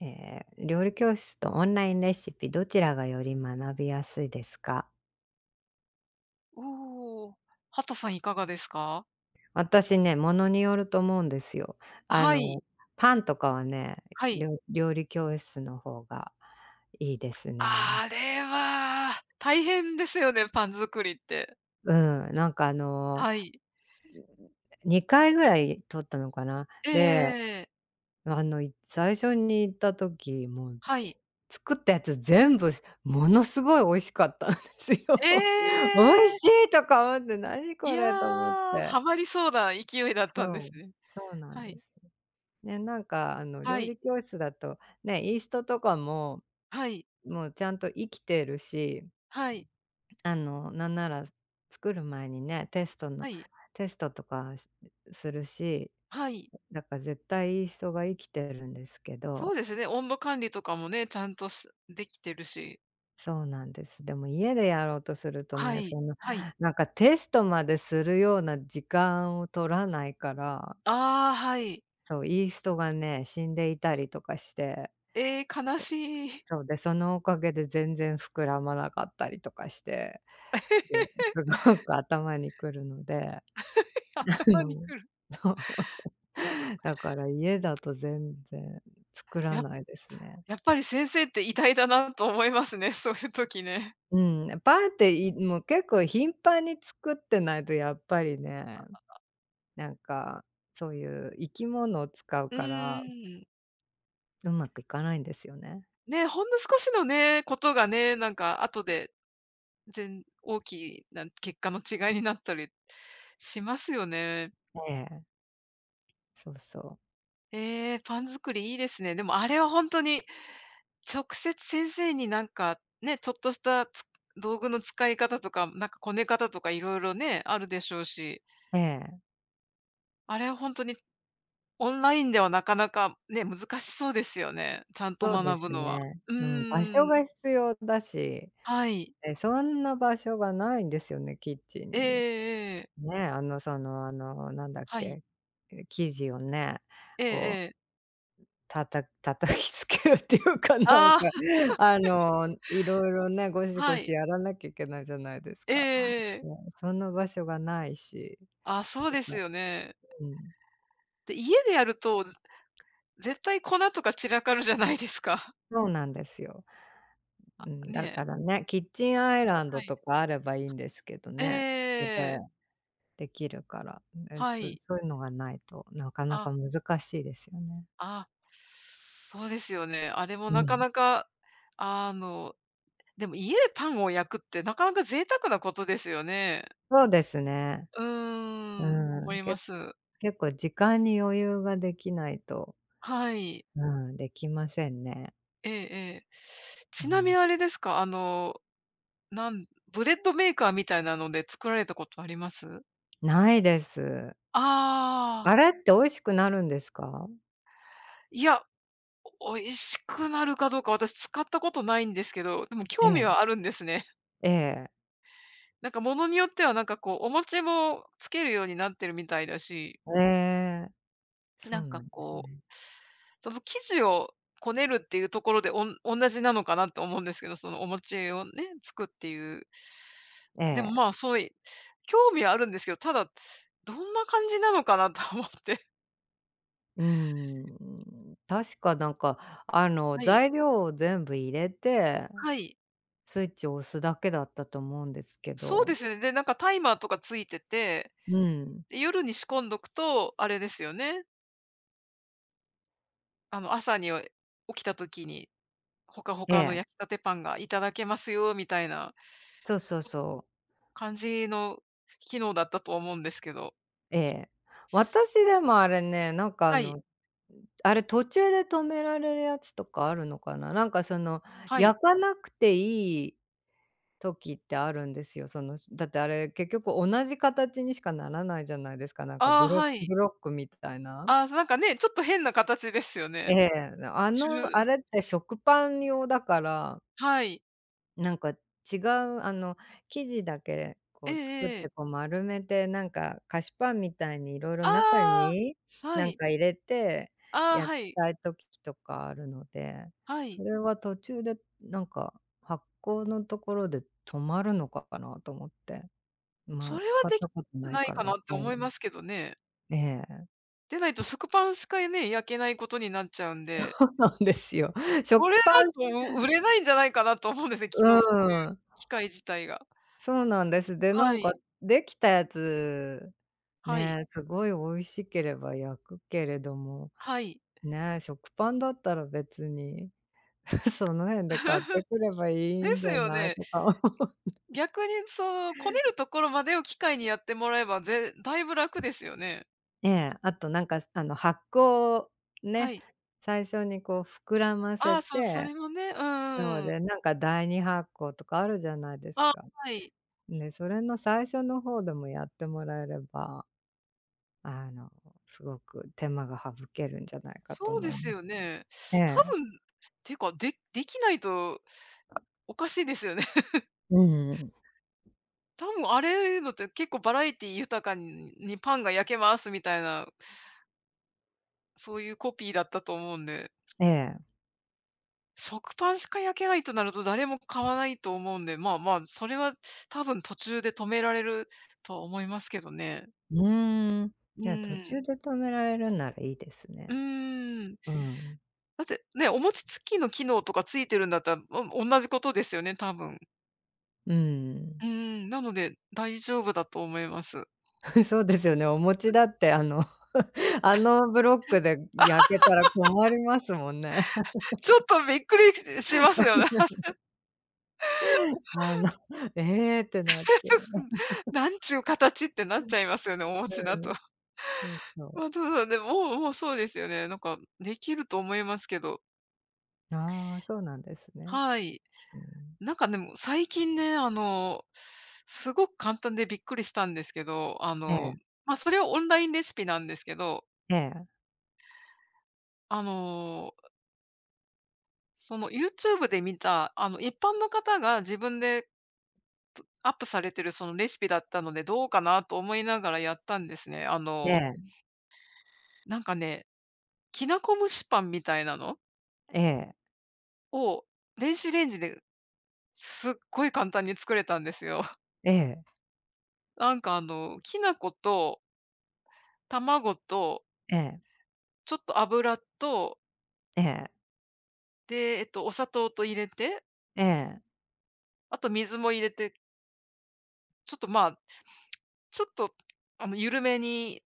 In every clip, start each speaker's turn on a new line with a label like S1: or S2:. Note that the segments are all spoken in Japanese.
S1: 料理教室とオンラインレシピどちらがより学びやすいですか？
S2: おお。畑さんいかがですか？
S1: 私ね、ものによると思うんですよ。あ
S2: はい、
S1: の、パンとかはね、
S2: はい。
S1: 料理教室の方がいいですね。
S2: あれは大変ですよね、パン作りって。
S1: うん、
S2: はい。
S1: 2回ぐらい取ったのかな。で、
S2: ええ、
S1: 最初に行った時、もう
S2: はい。
S1: 作ったやつ全部ものすごい美味しかったんですよ。
S2: え
S1: 美味
S2: え！
S1: しいとか思って、何
S2: い
S1: こ
S2: や、
S1: れと思って。
S2: ハマりそうな勢いだったんで
S1: そ
S2: す
S1: う、
S2: ね。
S1: そうなん
S2: は
S1: で
S2: い。
S1: す。ね、
S2: は
S1: 料理
S2: い。
S1: 教室だと、ね、イーストとかも、
S2: はい。
S1: もうちゃんと生きてるし、
S2: はい。
S1: なんなら作る前にね、テスト
S2: は
S1: の
S2: い。
S1: テストとかするし、
S2: はい。
S1: だから絶対イーストが生きてるんですけ
S2: そ
S1: ど、
S2: うですね、温度管理とかもね、ちゃんとできてるし。
S1: そうなんです。でも家でやろうとすると
S2: は
S1: ね、
S2: い、はい。
S1: テストまでするような時間を取らないから、
S2: ああ、はい。
S1: そう、イーストがね、死んでいたりとかして。
S2: ええ、悲しい。
S1: そうで、そのおかげで全然膨らまなかったりとかして、で、すごく頭にくるので、
S2: 頭に
S1: の、
S2: くる。
S1: だから家だと全然作ら
S2: や
S1: ないですね。
S2: やっぱり先生って偉大だなと思いますね、そういう時ね。
S1: うん、ね、パンって、もう結構頻繁に作ってないとやっぱりね、なんか、そういう生き物を使う
S2: う
S1: から、
S2: ーん。
S1: うまくいかないんですよね。
S2: ね、ほんの少しのね、ことがね、なんか後で、大きな結果の違いになったりしますよね。
S1: ええ、そうそう。
S2: ええ、パン作りいいですね。でもあれはほんとに、直接先生になんか、ね、ちょっとした道具の使い方とか、なんかこね方とか色々ね、あるでしょうし、
S1: ええ、
S2: あれはほんとにオンラインではなかなかね、難しそうですよね。ちゃんと
S1: そうで
S2: 学ぶ
S1: す
S2: のは。
S1: ね。
S2: う
S1: うん、場
S2: ー
S1: 所
S2: ん。
S1: が必要だし、
S2: はい。
S1: そんな場所がないんですよね、キッチン
S2: え
S1: に。
S2: えええ。
S1: ね、なんだっ
S2: はい。
S1: け、生地をね、
S2: ええ
S1: こう、
S2: ええ。
S1: 叩きつけるっていうか、なん
S2: あ
S1: か、
S2: あ、
S1: いろいろね、ゴシゴ
S2: は
S1: シ
S2: い。
S1: やらなきゃいけないじゃないです
S2: ええ
S1: か。
S2: ええ。
S1: ね、その場所がないし、
S2: あ、そう
S1: と
S2: です
S1: か、
S2: よね。
S1: うん、
S2: で、家でやると、絶対粉とか散らかるじゃないですか。
S1: そうなんですよ。うん、
S2: ね
S1: だ
S2: え。
S1: からね、キッチン
S2: あ、
S1: アイラン
S2: は
S1: ド
S2: い。
S1: とかあればいいんですけど
S2: えええ
S1: ね、そこで
S2: えええ。
S1: できるから、うん、
S2: は
S1: そ
S2: い。
S1: そういうのがないと、なかな
S2: あ、
S1: か難しいですよね。
S2: あ。そうですよね。あれも
S1: う
S2: なか
S1: ん。
S2: なか、あの、でも家でパンを焼くってなかなか贅沢なことですよね。
S1: そうですね。
S2: うーん、
S1: う
S2: 思
S1: ん、
S2: います。
S1: 結構時間に余裕ができないと、
S2: はい。
S1: うん、できませんね。
S2: ええええ。
S1: う
S2: ちなみに
S1: ん。
S2: あれですか、なん、ブレッドメーカーみたいなので作られたことあります？
S1: ないです。
S2: ああ、
S1: あれって美味しくなるんですか？
S2: いや、美味しくなるかどうか私使ったことないんですけど、でも
S1: え
S2: 興
S1: え、
S2: 味はあるんですね。
S1: ええ。
S2: なんかものによってはなんかこう、お餅もつけるようになってるみたいだし、
S1: ええ、そ
S2: なん
S1: うな
S2: か
S1: んです
S2: こう
S1: ね。
S2: その生地をこねるっていうところで、同じなのかなと思うんですけど、そのお餅をね、作っていう。
S1: え
S2: でも、
S1: え。
S2: まあ、そうい興味はあるんですけど、ただ、どんな感じなのかなと思って。
S1: うん、確かなんか、
S2: はい、
S1: 材料を全部入れて、
S2: はい。
S1: スイッチを押すだけだったと思うんですけ
S2: そうで
S1: ど。
S2: すね。で、なんかタイマーとかついてて、
S1: うん。
S2: で、夜に仕込んどくと、あれですよね、あの、朝に、起きた時に、ほかほ
S1: え
S2: かの
S1: え。
S2: 焼きたてパンがいただけますよみたいな
S1: そうそうそう。
S2: 感じの機能だったと思うんですけど。
S1: ええ。私でもあれね、
S2: はい、
S1: あれ途中で止められるやつとかあるのかな？
S2: はい。
S1: 焼かなくていい時ってあるんですよ。その、だってあれ結局同じ形にしかならないじゃないですか、なんか
S2: あ
S1: ブ
S2: あ、
S1: ロ
S2: はい。
S1: ブロックみたいな。
S2: ああ、なんかね、ちょっと変な形ですよ
S1: え
S2: ね。
S1: え、
S2: ちゅ
S1: あれって食パン用だから
S2: はい。
S1: なんか違う、あの、生地だけ
S2: え
S1: こう作っ
S2: ええ
S1: て、
S2: え。
S1: こう丸めて、なんか菓子パンみたいにいろいろ
S2: あ
S1: 中
S2: あ、
S1: に
S2: は
S1: なん
S2: い。
S1: か入れて、
S2: ああ、
S1: 焼
S2: は
S1: き
S2: い、
S1: たい時とかあるので、
S2: は
S1: そ
S2: い。
S1: れは途中でなんか発酵のところで止まるのかなと思って。ま
S2: そ
S1: あ、
S2: れは
S1: 使っ
S2: でき
S1: たことない
S2: な
S1: か
S2: い
S1: ら
S2: か
S1: わ
S2: なって
S1: か
S2: 思
S1: る。
S2: いますけどね。
S1: ええ、
S2: でないと食パンしかね、焼けないことになっちゃうんで、
S1: そうなんですよ。
S2: これ
S1: 食
S2: だ
S1: パン、
S2: と売れないんじゃないかなと思うんですね、き
S1: う
S2: のう、
S1: ん。
S2: 機械自体が。
S1: そうなんです。で、な
S2: は
S1: んか
S2: い、
S1: できたやつ、
S2: はい、
S1: ね、すごい美味しければ焼くけれども、
S2: はい。
S1: ね、食パンだったら別に その辺で買って くればい
S2: で
S1: いんじ
S2: す
S1: ゃ
S2: よ
S1: ない
S2: ね。
S1: とか。
S2: 逆にその、こねるところまでを機械にやってもらえば、だいぶ楽ですよね。
S1: ええ、あとなんか、発酵を
S2: は
S1: ね、
S2: い。
S1: 最初にこう膨らま
S2: あ
S1: せ
S2: あ、そう、そ
S1: て、
S2: れもね、うんう
S1: なの
S2: んうん。
S1: で、なんか第二発酵とかあるじゃないです
S2: あ、
S1: か。
S2: はい。
S1: ね、それの最初の方でもやってもらえれば、あの、すごく手間が省けるんじゃないかと
S2: そう
S1: 思
S2: で
S1: いま
S2: す
S1: す。
S2: よね。
S1: え
S2: 多
S1: え。
S2: 分、できないとおかしいですよね。
S1: うんうんうん。
S2: 多分あれいうのって結構バラエティ豊かにパンが焼けますみたいな、そういうコピーだったと思うんで、
S1: ええ。
S2: 食パンしか焼けないとなると誰も買わないと思うんで、まあまあ、それは多分途中で止められるとは思いますけどね。
S1: うーん。い
S2: う
S1: や、途
S2: ん。
S1: 中で止められるならいいです
S2: う
S1: ね。
S2: ーん。
S1: うん。
S2: だってね、お餅つきの機能とかついてるんだったら、同じことですよね、多分。
S1: う
S2: う
S1: ん。
S2: ーん、なので、大丈夫だと思います。
S1: そうですよね。お餅だってあのブロックで焼けたら困りますもんね。
S2: ちょっとびっくりしますよね。
S1: あの、ええってなって。
S2: なんちゅう形ってなっちゃいますよね、お餅だ
S1: う
S2: と。
S1: ん。そうそう。
S2: まあ、ただでも、もうそうですよね。なんかできると思いますけど、
S1: ああ、そうなんですね。
S2: はい。
S1: うん。
S2: なんかでも最近ね、あの、すごく簡単でびっくりしたんですけど、あ
S1: え
S2: の、
S1: え、
S2: まあ、それはオンラインレシピなんですけど、
S1: ええ、
S2: あの、その YouTube で見た、あの、一般の方が自分でアップされてるそのレシピだったので、どうかなと思いながらやったんですね。
S1: ええ、
S2: なんかね、きなこ蒸しパンみたいなの
S1: ええ、
S2: を、電子レンジですっごい簡単に作れたんですよ。
S1: ええ、
S2: なんかあの、きな粉と卵と、
S1: ええ、
S2: ちょっと油と、
S1: ええ、
S2: で、お砂糖と入れて、
S1: ええ、
S2: あと水も入れて、ちょっとまあ、ちょっと、あの、緩めに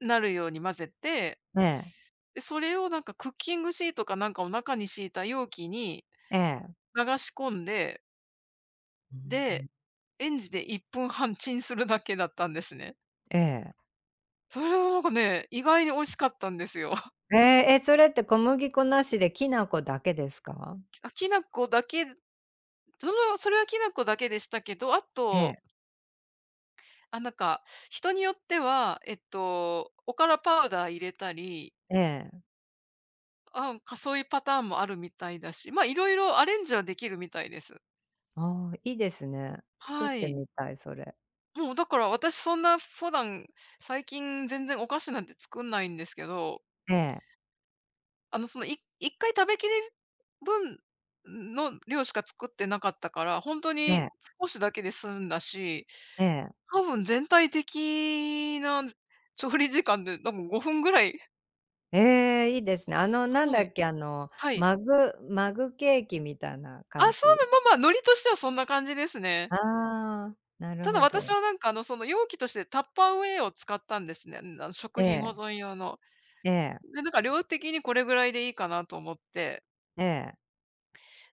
S2: なるように混ぜて、
S1: ええ、
S2: で、それをなんかクッキングシートかなんかを中に敷いた容器に
S1: ええ。
S2: 流し込んで、
S1: うんう
S2: で、
S1: ん。
S2: レンジで1分半チンするだけだったんですね。
S1: ええ。
S2: それはなんかね、意外に美味しかったんですよ。
S1: ええ、え、それって小麦粉なしできな粉だけですか？
S2: あ、きな粉だけのそれはきな粉だけでしたけど、あ
S1: え
S2: と、
S1: え、
S2: あ、なんか、人によっては、おからパウダー入れたり、
S1: ええ。
S2: なんか、そういうパターンもあるみたいだし、まあ、いろいろアレンジはできるみたいです。
S1: ああ、いいですね。作っ
S2: は
S1: て
S2: い。
S1: みたい、それ。
S2: もうだから私そんな普段、最近全然お菓子なんて作んないんですけど、
S1: ええ、
S2: あの、1回食べきれる分の量しか作ってなかったから、ほんと
S1: え
S2: に
S1: え、
S2: 少しだけで済んだし、
S1: ええ。
S2: 多分全体的な調理時間で多分5分ぐらい。
S1: ええ、いいですね。なん
S2: は
S1: だ
S2: い、
S1: っけ、
S2: はい。
S1: マグマグケーキみたいな
S2: あ、
S1: 感
S2: そ
S1: じ。
S2: うなま、ノリとしてはそんな感じですね。
S1: ああ、なる
S2: ただ
S1: ほ
S2: 私
S1: ど。
S2: はなんか、容器としてタッパーウェイを使ったんですね。うん、あの、食
S1: え
S2: 品保
S1: え、
S2: 存用の。
S1: ええ、
S2: で、なんか量的にこれぐらいでいいかなと思って。
S1: ええ。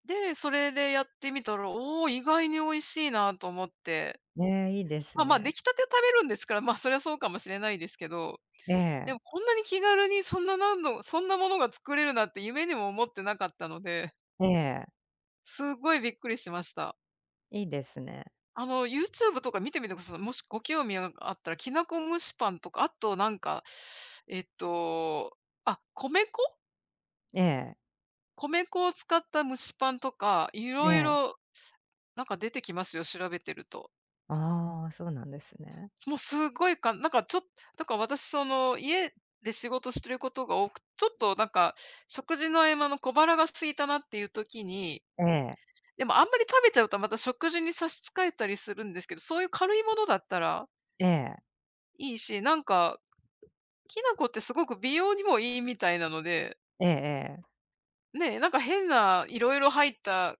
S2: で、それでやってみたら、おお、意外に美味しいなと思って。
S1: ええ、いいです
S2: まあ、出
S1: ね。
S2: 来たてを食べるんですから、まあ、そりゃそうかもしれないですけど、
S1: え
S2: でも
S1: え、
S2: こんなに気軽にそんな何度そんなものが作れるなんて夢にも思ってなかったので、
S1: ええ、
S2: すごいびっくりしました。
S1: いいですね。
S2: あの、YouTube とか見てみてください。もしご興味があったら、きなこ蒸しパンとか、あとなんか、えっと、あ、米粉？
S1: ええ、
S2: 米粉を使った蒸しパンとか、い
S1: え
S2: ろい
S1: え。
S2: ろなんか出てきますよ、調べてると。
S1: ああ、そうなんですね。
S2: もうすごいかなんかちょっとだから私その、家で仕事してることが多く、ちょっとなんか、食事の合間の小腹が空いたなっていう時に、
S1: ええ、
S2: でもあんまり食べちゃうとまた食事に差し支えたりするんですけど、そういう軽いものだったら
S1: ええ、
S2: いいし、なんか、きな粉ってすごく美容にもいいみたいなので、
S1: ええ
S2: ねえ、なんか変ないろいろ入った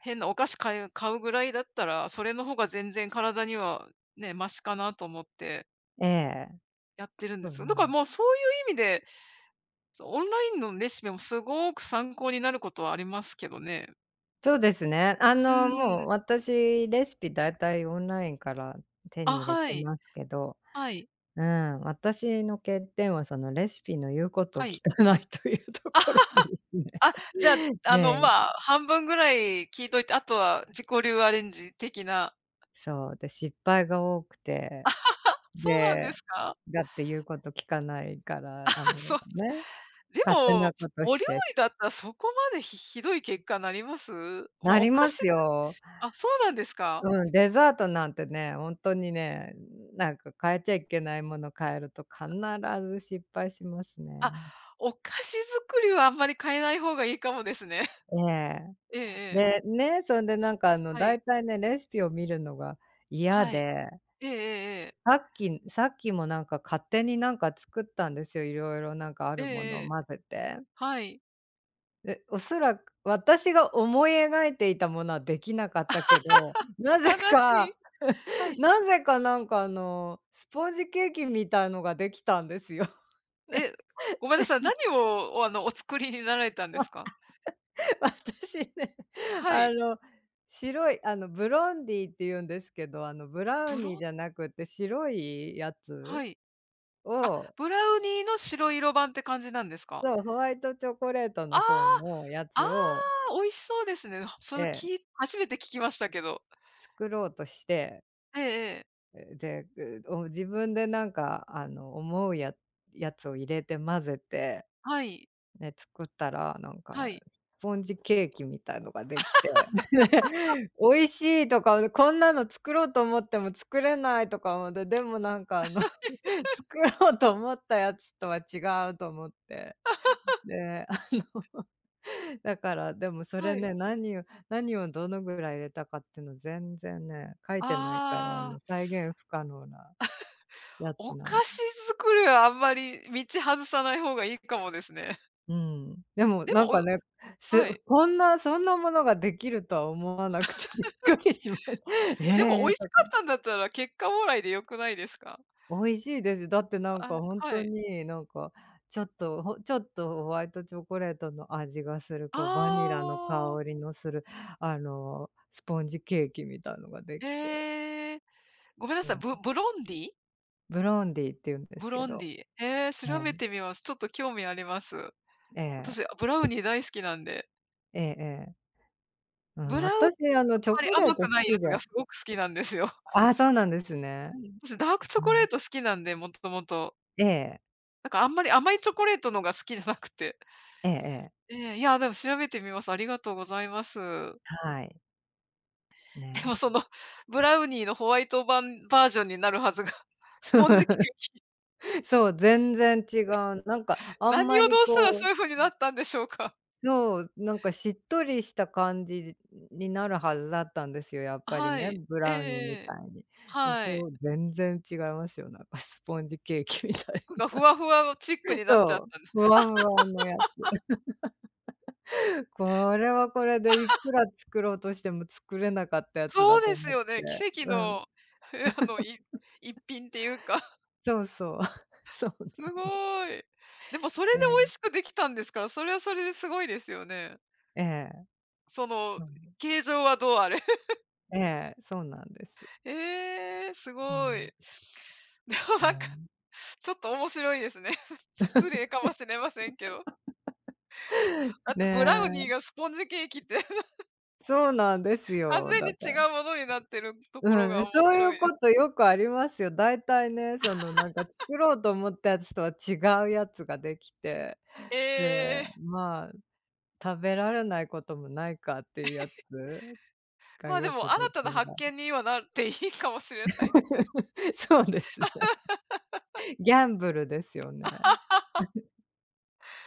S2: 変なお菓子買うぐらいだったら、それの方が全然体にはね、マシかなと思って
S1: ええ、ええ。
S2: やってるんで
S1: そう、
S2: す。だからもうそういう意味でそう、オンラインのレシピもすごく参考になることはありますけどね。
S1: そうですね。
S2: うー
S1: もう
S2: ん。
S1: 私、レシピ大体オンラインから手
S2: あ、
S1: に入れ
S2: は
S1: て
S2: い。
S1: ますけど、
S2: はい。
S1: うん、私の欠点はそのレシピの言うことを
S2: は
S1: 聞
S2: い。
S1: かない というところですね。
S2: あ、じゃあ、あ
S1: え
S2: の、
S1: え、
S2: まあ、半分ぐらい聞いといて、あとは自己流アレンジ的な。
S1: そう、で、失敗が多くて、
S2: そうなんで
S1: で、
S2: すか？
S1: だって言うこと聞かないから、
S2: そう。
S1: ね、
S2: で
S1: 勝手
S2: も、
S1: なこと
S2: お
S1: し
S2: 料
S1: て
S2: 理だったらそこまでひどい結果になります？ま
S1: な
S2: あ、お
S1: り
S2: 菓
S1: ま
S2: 子。
S1: すよ。
S2: あ、そうなんですか？
S1: うん、デザートなんてね、ほんとにね、なんか変えちゃいけないもの変えると必ず失敗します
S2: あ、
S1: ね。
S2: お菓子作りはあんまり変えない方がいいかもですね。
S1: ええ。
S2: えええ
S1: で、
S2: え。
S1: ね、そんでなんかあの
S2: はい。
S1: 大体ね、レシピを見るのが嫌
S2: はい。
S1: で、
S2: ええええ。
S1: さっきもなんか勝手になんか作ったんですよ、色々なんかあ
S2: ええ
S1: るも
S2: え
S1: のを
S2: え。
S1: 混ぜて。
S2: はい。
S1: え、おそらく私が思い描いていたものはできなかったけど、なぜ
S2: 悲し
S1: か
S2: い。はい。
S1: なぜかなんかスポンジケーキみたいのができたんですよ。ね、
S2: え、ごめんなさい、何を、あの、お作りになられたんですか？
S1: 私ね、
S2: は
S1: あ
S2: い。
S1: の、白いあの、ブロンディーって言うんですけど、ブラウ
S2: ブ
S1: ニー
S2: ロ
S1: じゃなくて白いやつ
S2: はい。あ、
S1: を
S2: ブラウニーの白色版って感じなんですか？
S1: そう、ホワイトチョコレート
S2: あ
S1: の方のや
S2: あ、
S1: つ
S2: あ
S1: を
S2: あ、美味しそうですね。そ
S1: え
S2: の、
S1: え、
S2: 初めて聞きましたけど。
S1: 作ろうとして、
S2: ええええ。
S1: で、自分でなんか、思うやつを入れて混ぜて、
S2: はい。
S1: ね、作ったら、なん
S2: は
S1: か、
S2: い。
S1: スポンジケーキみたいのができて 美味しいとか、こんなの作ろうと思っても作れないとか思って、でもなんか、あの 作ろうと思ったやつとは違うと思って。で だから、でもそ
S2: は
S1: れ
S2: い。
S1: ね、何をどのぐらい入れたかっていうの全然ね、書いてないから、
S2: ああ、
S1: 再現不可能なや
S2: お
S1: つなん、
S2: 菓子作りはあんまり道外さない方がいいかもですね。
S1: うん。で も
S2: で
S1: な
S2: も、
S1: んかね、す
S2: はい。
S1: こんなそんなものができるとは思わなくて びっくりしました
S2: でも
S1: ええ、
S2: 美味しかったんだったら結果オーライで良くないですか？
S1: 美味しいです。だってなん
S2: あ、
S1: かほん
S2: は
S1: と
S2: い。
S1: に、なんかちょっとホワイトチョコレートの味がする、
S2: あ
S1: こうバニラの香
S2: あ、
S1: りのする、スポンジケーキみたいのができて、
S2: ええ。ごめんな
S1: う
S2: さい、
S1: ん、
S2: ブロンディ？
S1: ブロンディーって言うんで
S2: ブ
S1: すけ
S2: ロンディ。
S1: ど、
S2: ええ、
S1: え
S2: 調べ
S1: え、
S2: てみます。ちょっと興味あります。
S1: ええ、
S2: 私、ブラウニー大好きなんで。
S1: ええええ、う
S2: ブ
S1: ん、
S2: ラウンあん
S1: 私あのチョ
S2: まり
S1: コレー
S2: 甘
S1: ト好
S2: くないや
S1: きで、
S2: つがすごく好きなんですよ。
S1: あ、そうなんですね。
S2: うん。私、ダークチョ
S1: う
S2: コレ
S1: ん。
S2: ート好きなんで、もともと。
S1: ええ、
S2: なんかあんまり甘いチョコレートのが好きじゃなくて。
S1: ええええ。
S2: ええ、いや、でも調べてみます。ありがとうございます。
S1: はい。
S2: で
S1: ね。
S2: もその、ブラウニーのホワイト版バージョンになるはずが、スポンジケーキ、
S1: そう、全然違う。なんかあん
S2: 何
S1: ま
S2: を
S1: り
S2: どうしたらそ
S1: こう
S2: ういう風になったんでしょうか？
S1: そう、なんかしっとりした感じになるはずだったんですよ、やっぱり
S2: は
S1: ね、
S2: い。
S1: ブ
S2: ええ
S1: ラウニーみ
S2: ええ。
S1: たいに。
S2: はい。
S1: そう、全然違いますよ、なんかスポンジケーキみた
S2: なん
S1: い。
S2: かふわふわチック になっちゃっ
S1: そう、
S2: たんで。
S1: ふわふわのやつ。これはこれでいくら作ろうとしても作れなかった やつ
S2: そ
S1: だ
S2: う
S1: と
S2: です
S1: 思って。
S2: よね。奇跡
S1: うん。
S2: の、え あの、一品っていうか、
S1: そうそう。そ
S2: す
S1: う。
S2: ごい。でもそれ
S1: え
S2: で美
S1: え。
S2: 味しくできたんですから、それはそれですごいですよね。
S1: ええ、
S2: その、
S1: そう。
S2: 形状はどうあれ。
S1: ええ、そうなんです。
S2: ええ、す
S1: う
S2: ごい。
S1: ん、
S2: でもなんか、
S1: ね。
S2: ちょっと面白いですね。失礼かもしれませんけど。だっ
S1: ね
S2: てブラウニー
S1: え、
S2: がスポンジケーキって
S1: そうなんです
S2: 完
S1: よ。
S2: 全
S1: だ
S2: に
S1: から、
S2: 違うものになってるところ
S1: う
S2: が
S1: ん、そ
S2: 面
S1: うい
S2: 白
S1: う
S2: い。
S1: ことよくありますよ。大体ね、そのなんか作ろうと思ったやつとは違うやつができて、
S2: え
S1: で、
S2: え、
S1: まあ、食べられないこともないかっていうやつが
S2: まあ、で
S1: よく
S2: も新
S1: 出
S2: た
S1: 来
S2: な
S1: 上
S2: 発
S1: がる。
S2: 見にはなっていいかもしれないです。
S1: そうですね。ギャンブルですよね。